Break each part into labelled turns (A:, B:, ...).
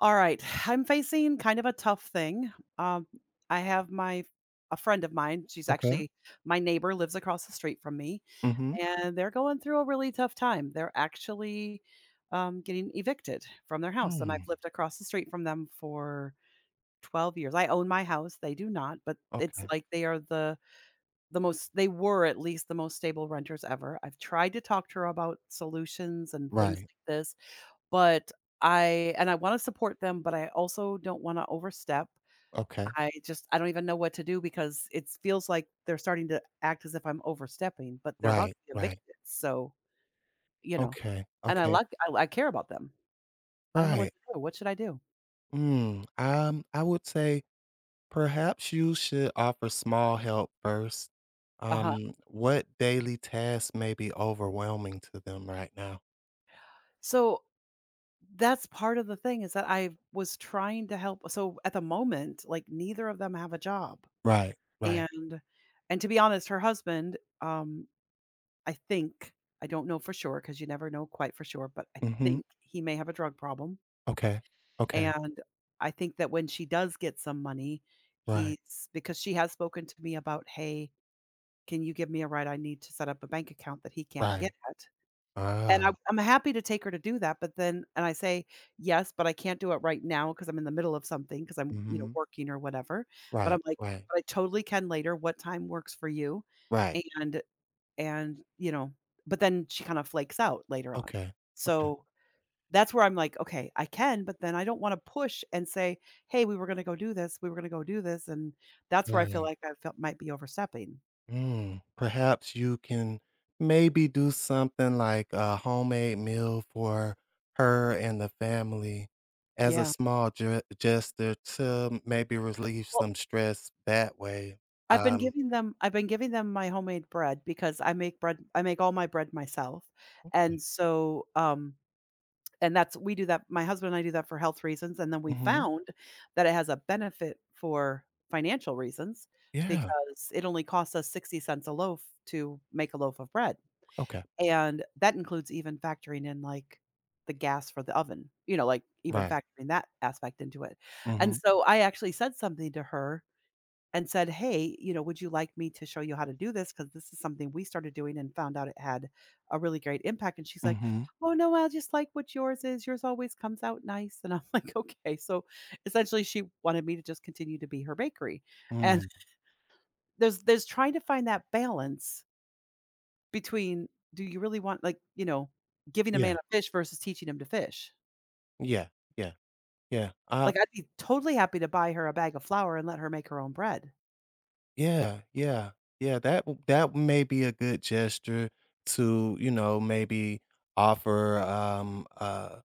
A: All right, I'm facing kind of a tough thing. Um, I have my a friend of mine, she's
B: Okay.
A: actually my neighbor, lives across the street from me,
B: Mhm.
A: and they're going through a really tough time. They're actually getting evicted from their house, and I've
B: Mm,
A: lived across the street from them for 12 years. I own my house; they do not, but it's
B: okay.
A: like they are the most, they were at least the most stable renters ever. I've tried to talk to her about solutions and things
B: Right.
A: like this, but I wanna support them, but I also don't wanna overstep.
B: Okay.
A: I don't even know what to do because it feels like they're starting to act as if I'm overstepping, but they're about
B: Right,
A: to be
B: right.
A: evicted, so, you know,
B: Okay,
A: and I
B: okay.
A: like I I care about them. I don't know what
B: Right.
A: to do. What should I do?
B: I would say perhaps you should offer small help first.
A: Uh-huh.
B: What daily task may be overwhelming to them right now?
A: So, that's part of the thing is that I was trying to help, so, at the moment, like, neither of them have a job,
B: Right, right.
A: and to be honest, her husband, I think, I don't know for sure because you never know quite for sure, but I
B: Mhm.
A: think he may have a drug problem,
B: Okay. Okay.
A: and I think that when she does get some money,
B: Right,
A: he's because she has spoken to me about, "Hey, can you give me a ride? I need to set up a bank account that he can't get
B: right.
A: at." And I'm
B: Ah.
A: I'm happy to take her to do that, but then and I say, "Yes, but I can't do it right now because 'cause I'm in the middle of something, because 'cause I'm,
B: Mhm.
A: working or whatever." But
B: Right,
A: I'm like,
B: right,
A: "But I totally can later. What time works for you?"
B: right.
A: And and, you know, but then she kind of flakes out later on.
B: Okay. Okay.
A: So that's where I'm like, okay, I can, but then I don't want to push and say, hey, we were going to go do this. We were going to go do this. And that's where I feel
B: Right.
A: like I felt might be overstepping.
B: Perhaps you can maybe do something like a homemade meal for her and the family as a
A: Yeah.
B: small gesture to maybe relieve
A: Well,
B: some stress that way. Um,
A: I've been giving them my homemade bread because I make all my bread myself. And
B: okay.
A: so and that's, we do that, my husband and I do that, for health reasons, and then we
B: Mm-hmm.
A: found that it has a benefit for financial reasons
B: Yeah.
A: because it only costs us 60 cents a loaf to make a loaf of bread,
B: Okay.
A: and that includes even factoring in, like, the gas for the oven, you know, like, even
B: Right.
A: factoring that aspect into it. And
B: Mm-hmm.
A: so I actually said something to her and said, "Hey, you know, would you like me to show you how to do this? Because this is something we started doing and found out it had a really great impact." And she's like,
B: Mm-hmm.
A: "Oh no, I just like what yours is. Yours always comes out nice." And I'm like, "Okay." So essentially, she wanted me to just continue to be her bakery, and
B: Mm.
A: there's trying to find that balance between, do you really want, like, you know, giving a man
B: Yeah.
A: a fish versus teaching him to fish.
B: Yeah. Yeah. Yeah.
A: Like, I'd be totally happy to buy her a bag of flour and let her make her own bread.
B: Yeah. Yeah. Yeah. That may be a good gesture to maybe offer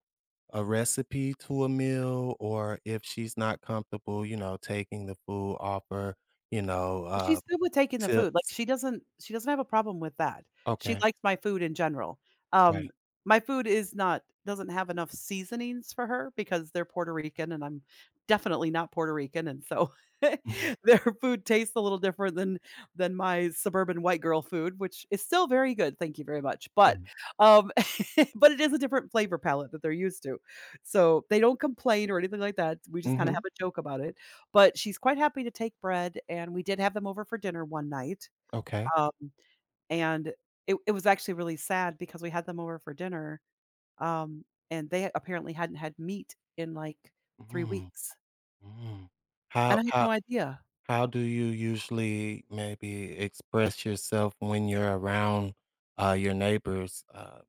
B: a recipe to a meal, or if she's not comfortable, taking the food, offer, you know,
A: Oh,
B: uh,
A: she's good with taking the food, like,
B: tips.
A: she doesn't have a problem with that. She
B: Okay,
A: likes my food in general. Um,
B: right.
A: my food is not doesn't have enough seasonings for her because they're Puerto Rican, and I'm definitely not Puerto Rican, and so
B: Mhm,
A: their food tastes a little different than my suburban white girl food, which is still very good, thank you very much,
B: yeah.
A: um, but it is a different flavor palette that they're used to. So, they don't complain or anything like that, we just kinda have
B: Mhm,
A: a joke about it. But she's quite happy to take bread, and we did have them over for dinner one night,
B: okay.
A: um, and it was actually really sad because we had them over for dinner, um, and they apparently hadn't had meat in, like, 3
B: Mm,
A: weeks,
B: mm.
A: and
B: How
A: I had no
B: how
A: idea.
B: how do you usually maybe express yourself when you're around, your neighbors?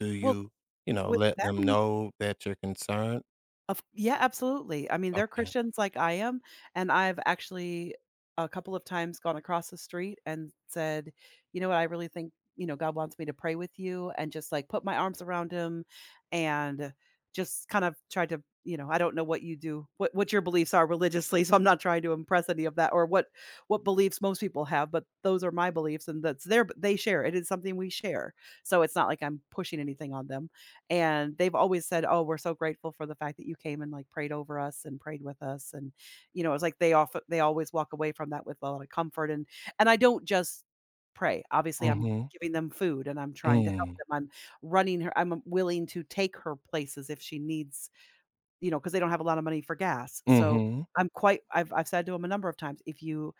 B: Do
A: Well,
B: you,
A: with
B: let them
A: them
B: know that you're concerned?
A: Of yeah, absolutely. I mean, they're
B: Okay.
A: Christians like I am, and I've actually a couple of times gone across the street and said, "You know what? I really think, you know, God wants me to pray with you," and just, like, put my arms around him and just kind of tried to, you know, I don't know what you do, what your beliefs are religiously, so I'm not trying to impress any of that or what beliefs most people have, but those are my beliefs and that's their they share. It is something we share. So it's not like I'm pushing anything on them. And they've always said, "Oh, we're so grateful for the fact that you came and, like, prayed over us and prayed with us," and, you know, it's like they always walk away from that with a lot of comfort, and I don't just pray. Obviously, I'm
B: Mhm.
A: giving them food and I'm trying to help
B: Mm.
A: them. I'm willing to take her places if she needs, because they don't have a lot of money for gas. So,
B: Mhm.
A: I'm quite I've said to 'em a number of times, "If you,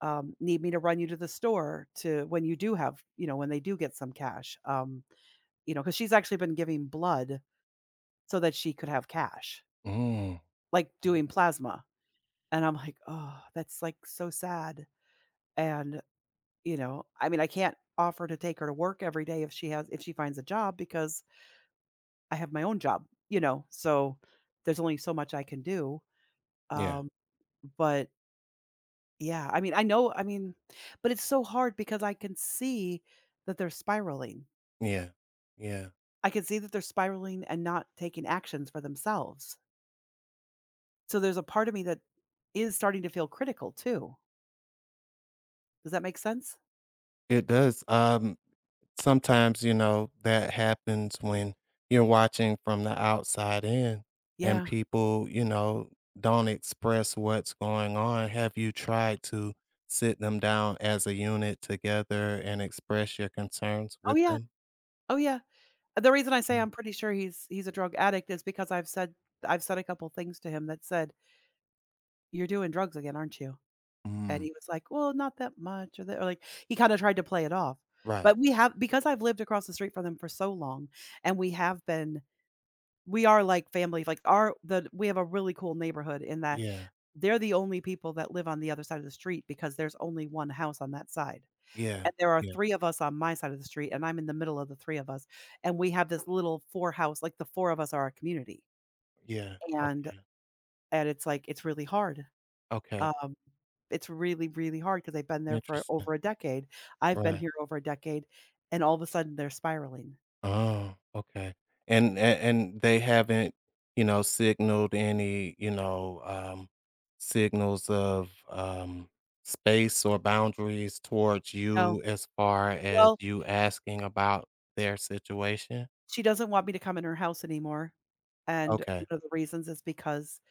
A: need me to run you to the store to when you do have," when they do get some cash, because she's actually been giving blood so that she could have cash,
B: Mm.
A: like doing plasma. And I'm like, "Oh, that's, like, so sad." And, I mean, I can't offer to take her to work every day if she has if she finds a job because I have my own job, so there's only so much I can do.
B: Yeah.
A: Um, but yeah, I mean, I know, I mean, but it's so hard because I can see that they're spiraling.
B: Yeah. Yeah.
A: I can see that they're spiraling and not taking actions for themselves. So there's a part of me that is starting to feel critical too. Does that make sense?
B: It does. Sometimes, that happens when you're watching from the outside in, and
A: Yeah.
B: people, don't express what's going on. Have you tried to sit them down as a unit together and express your concerns
A: Oh,
B: with
A: yeah.
B: them?
A: Oh, yeah. The reason I say
B: No.
A: I'm pretty sure he's a drug addict is because I've said a couple things to him that said, "You're doing drugs again, aren't you?" And
B: Mm.
A: he was like, "Well, not that much," or, that, or like he kind of tried to play it off.
B: Right.
A: But we have, because I've lived across the street from them for so long, and we have been we are like family. Like our the we have a really cool neighborhood in that
B: Yeah.
A: they're the only people that live on the other side of the street because there's only one house on that side.
B: Yeah.
A: And there are
B: Yeah.
A: 3 of us on my side of the street, and I'm in the middle of the 3 of us, and we have this little 4 house, like, the 4 of us are a community,
B: Yeah.
A: and
B: Okay.
A: it's, like, it's really hard.
B: Okay.
A: Um, it's really, really hard because 'cause they've been there for
B: Interesting.
A: over a decade. I've been
B: Right.
A: here over a decade, and all of a sudden, they're spiraling.
B: Oh, okay. And they haven't, signaled any, signals of, space or boundaries towards
A: No.
B: you, as far as
A: Well,
B: you asking about their situation?
A: she doesn't want me to come in her house anymore, and one
B: Okay.
A: of the reasons is because,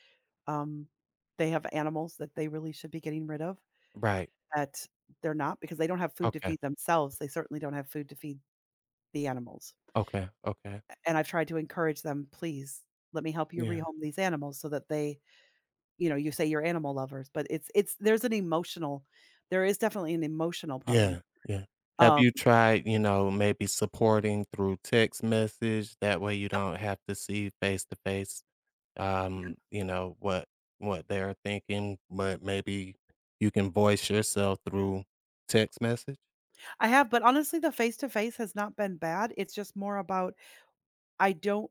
A: um, they have animals that they really should be getting rid of,
B: Right.
A: that they're not, because they don't have food to
B: Okay.
A: feed themselves. They certainly don't have food to feed the animals,
B: Okay. Okay.
A: and I've tried to encourage them, "Please, let me help you
B: Yeah.
A: rehome these animals so that they," you know, you say you're animal lovers, but it's there's an emotional, there is definitely an emotional problem.
B: Yeah. Yeah. Have
A: Um,
B: you tried, maybe supporting through text message? That way you don't have to see face to face,
A: yeah,
B: um, you know, what what they're thinking, but maybe you can voice yourself through text message?
A: I have, but honestly, the face to face has not been bad. It's just more about I don't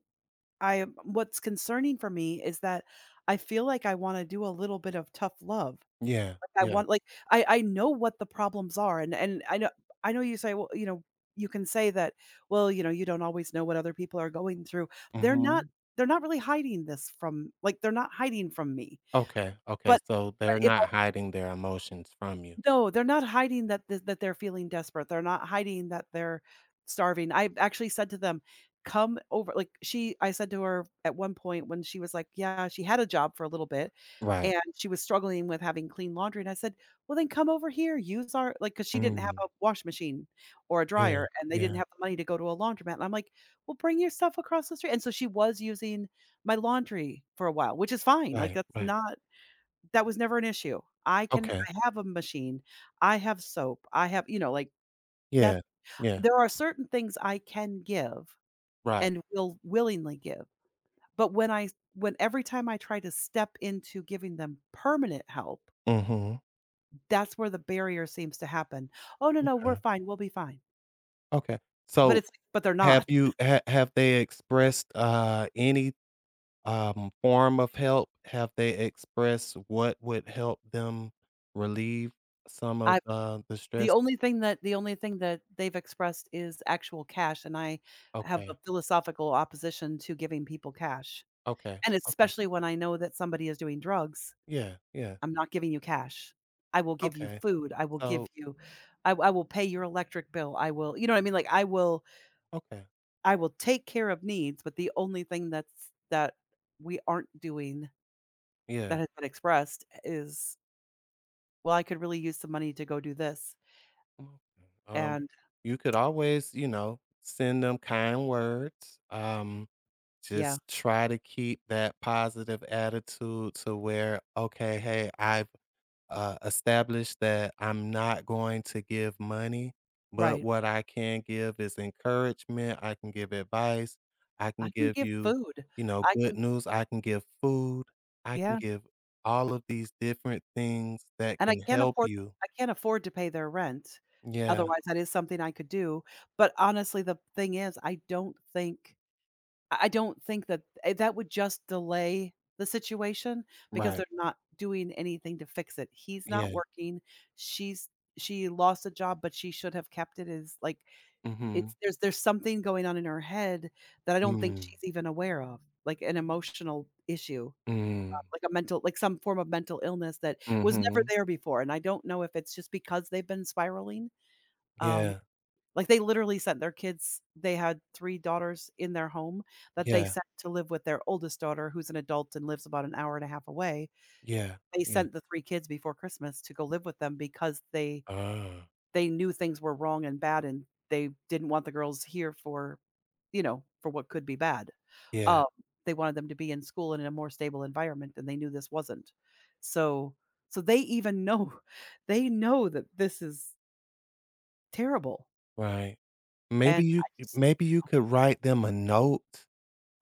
A: I what's concerning for me is that I feel like I wanna do a little bit of tough love.
B: Yeah,
A: I
B: yeah.
A: want like, I know what the problems are, and I know, you say, well, you can say that, well, you don't always know what other people are going through. They're not
B: Mhm.
A: they're not really hiding this from, like, they're not hiding from me.
B: Okay, okay,
A: But
B: so
A: but
B: they're
A: if
B: not hiding their emotions from you.
A: no, they're not hiding that they're feeling desperate. They're not hiding that they're starving. I actually said to them, "Come over." Like she I said to her at one point when she was like, yeah, she had a job for a little bit
B: Right.
A: and she was struggling with having clean laundry. And I said, well, then come over here, like, because she didn't have
B: Mm,
A: a wash machine or a
B: yeah,
A: dryer and they didn't
B: yeah.
A: have the money to go to a laundromat. And I'm like, well, bring your stuff across the street. And so she was using my laundry for a while, which is fine. Like,
B: Right, right.
A: that was never an issue.
B: Okay.
A: I have a machine, I have soap, I have you know, like, that
B: Yeah, yeah.
A: there are certain things I can give
B: Right.
A: and will willingly give, but when every time I try to step into giving them permanent help,
B: Mhm.
A: that's where the barrier seems to happen. "Oh, no, no, we're
B: Okay,
A: fine, we'll be fine."
B: okay.
A: But
B: So
A: it's but they're
B: have
A: not.
B: you ha have they expressed, any form of help? Have they expressed what would help them relieve some of,
A: I
B: the stress?
A: the only thing that they've expressed is actual cash, and I have a
B: Okay,
A: philosophical opposition to giving people cash.
B: okay,
A: And
B: okay.
A: especially when I know that somebody is doing drugs,
B: Yeah, yeah,
A: I'm not giving you cash. I will give you
B: okay.
A: food, I will give
B: So
A: you. I will pay your electric bill, I will you know what I mean? Like,
B: okay,
A: I will take care of needs, but the only thing that we aren't doing that
B: yeah,
A: has been expressed is, "Well, I could really use some money to go do this."
B: mm, um,
A: And
B: you could always, send them kind words,
A: yeah,
B: just try to keep that positive attitude to where, "Okay, hey, I've established that I'm not going to give money, but
A: right.
B: what I can give is encouragement. I can give advice, I
A: I
B: can
A: can
B: give
A: give
B: you,
A: food. I
B: good
A: can
B: news, I can give food, I can
A: yeah.
B: give all of these different things that
A: And
B: can help you."
A: I can't afford to pay their rent.
B: Yeah,
A: Otherwise, that is something I could do, but honestly, the thing is, I don't think that that would just delay the situation because
B: right.
A: they're not doing anything to fix it. He's not
B: Yeah.
A: working, she's she lost a job, but she should have kept it is, like,
B: Mhm.
A: it's there's something going on in her head that I don't think
B: Mm.
A: she's even aware of, like an emotional issue
B: Mm.
A: like a mental like some form of mental illness that was never
B: Mhm.
A: there before, and I don't know if it's just because they've been spiraling. Um,
B: Yeah.
A: like, they literally sent their kids they had 3 daughters in their home that they
B: Yeah.
A: sent to live with their oldest daughter, who's an adult and lives about an hour and a half away.
B: Yeah.
A: They
B: Yeah.
A: sent the 3 kids before Christmas to go live with them because
B: Ah.
A: they knew things were wrong and bad and they didn't want the girls here for, for what could be bad.
B: Yeah.
A: Um, they wanted them to be in school and in a more stable environment and they knew this wasn't. So so they even know they know that this is terrible.
B: Right. Maybe
A: And
B: you
A: I just
B: maybe you could write them a note.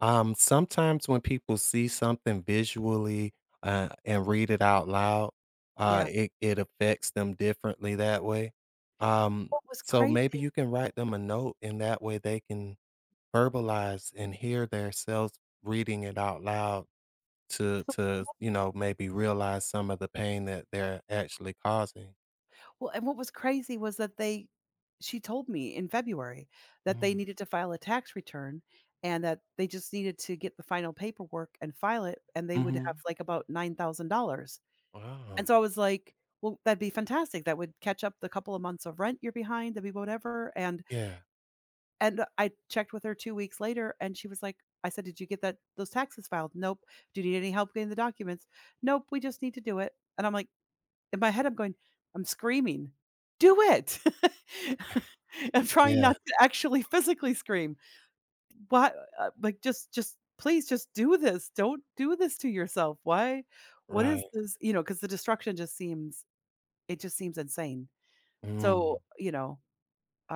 B: Sometimes when people see something visually, and read it out loud, uh,
A: yeah.
B: it it affects them differently that way. Um,
A: What was
B: so maybe
A: crazy
B: you can write them a note, and that way they can verbalize and hear themselves reading it out loud to maybe realize some of the pain that they're actually causing.
A: Well, and what was crazy was that they she told me in February that they
B: Mm.
A: needed to file a tax return and that they just needed to get the final paperwork and file it and they would have
B: Mhm.
A: like about $9,000. And
B: Wow.
A: so I was like, well, that'd be fantastic. That would catch up the couple of months of rent you're behind, that'd be whatever.
B: Yeah.
A: And I checked with her 2 weeks later and she was like, I said, "Did you get that those taxes filed?" "Nope." "Do you need any help getting the documents?" "Nope, we just need to do it." And I'm like, in my head, I'm going, I'm screaming, "Do it!" I'm trying
B: Yeah.
A: not to actually physically scream. Why Uh, like, just please just do this. Don't do this to yourself. Why what is
B: Right.
A: this? You know, because the destruction just seems it just seems insane.
B: Mm.
A: So, you know,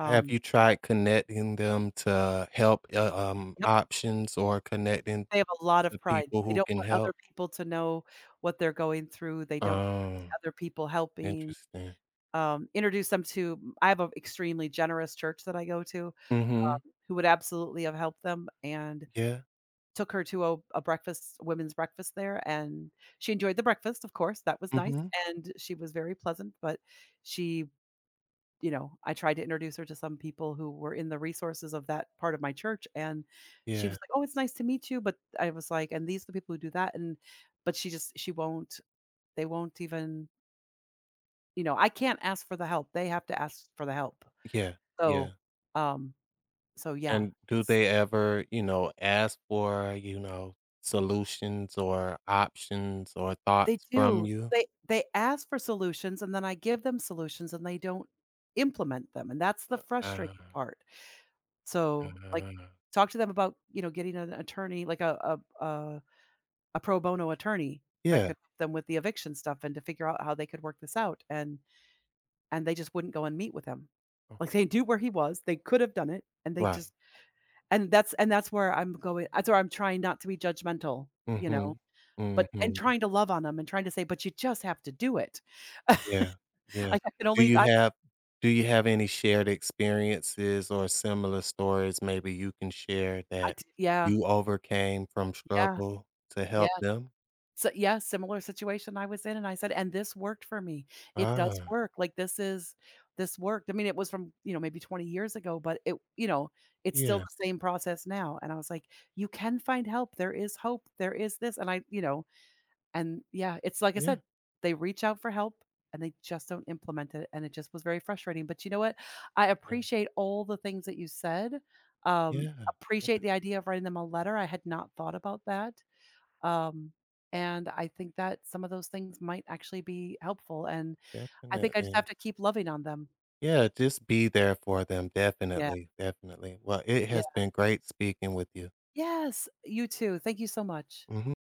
B: Have you tried connecting them to help,
A: yep,
B: options, or connecting
A: they have a lot of
B: to
A: pride.
B: people
A: They
B: who
A: don't
B: can
A: want other
B: help?
A: people to know what they're going through. They don't want
B: Oh,
A: other people helping,
B: interesting.
A: introduce them to I have an extremely generous church that I go to,
B: Mhm.
A: who would absolutely have helped them, and
B: Yeah.
A: took her to a breakfast women's breakfast there, and she enjoyed the breakfast, of course that was nice,
B: Mhm.
A: and she was very pleasant. But she you know, I tried to introduce her to some people who were in the resources of that part of my church, and she
B: Yeah.
A: was like, oh, it's nice to meet you, but I was like, and these are the people who do that. And but she won't, they won't even, you know, I can't ask for the help, they have to ask for the help.
B: Yeah. Yeah.
A: So um, so yeah,
B: And do
A: it's
B: they ever, ask for, solutions or options or
A: they
B: thoughts from
A: do. So
B: you?
A: they ask for solutions, and then I give them solutions, and they don't implement them, and that's the
B: Uh, uh,
A: frustrating part. So, like,
B: uh,
A: talk to them about, you know, getting an attorney, like a a a pro bono attorney that
B: yeah.
A: could help them with the eviction stuff and to figure out how they could work this out, and they just wouldn't go and meet with him. Like, they knew where he was, they could have done it, and they
B: Right.
A: just and that's where I'm going that's where I'm trying not to be judgmental, you know?
B: Mhm.
A: But and
B: Mhm.
A: trying to love on them and trying to say, "But you just have to do it."
B: Yeah, yeah.
A: Like, I can
B: Do
A: only
B: you have do you have any shared experiences or similar stories maybe you can share
A: I,
B: that
A: yeah,
B: you overcame from
A: yeah,
B: struggle to
A: yeah.
B: help them?
A: So, yeah, similar situation I was in, and I said, "And this worked for me. It does
B: Ah,
A: work. Like, this worked." I mean, it was from, you know, maybe 20 years ago, but it you know, it's still
B: yeah,
A: the same process now, and I was like, "You can find help. There is hope. There is this," and I you know. And yeah, it's like I
B: yeah,
A: said, they reach out for help and they just don't implement it. And it just was very frustrating. But you know what? I
B: yeah,
A: appreciate all the things that you said. Um,
B: yeah,
A: appreciate
B: yeah,
A: the idea of writing them a letter. I had not thought about that. Um, and I think that some of those things might actually be helpful. And I think I just have
B: definitely.
A: to keep loving on them.
B: Yeah, just be there for them,
A: Yeah.
B: definitely, definitely. Well, it
A: Yeah.
B: has been great speaking with you.
A: Yes. You too. Thank you so much.
B: Mhm.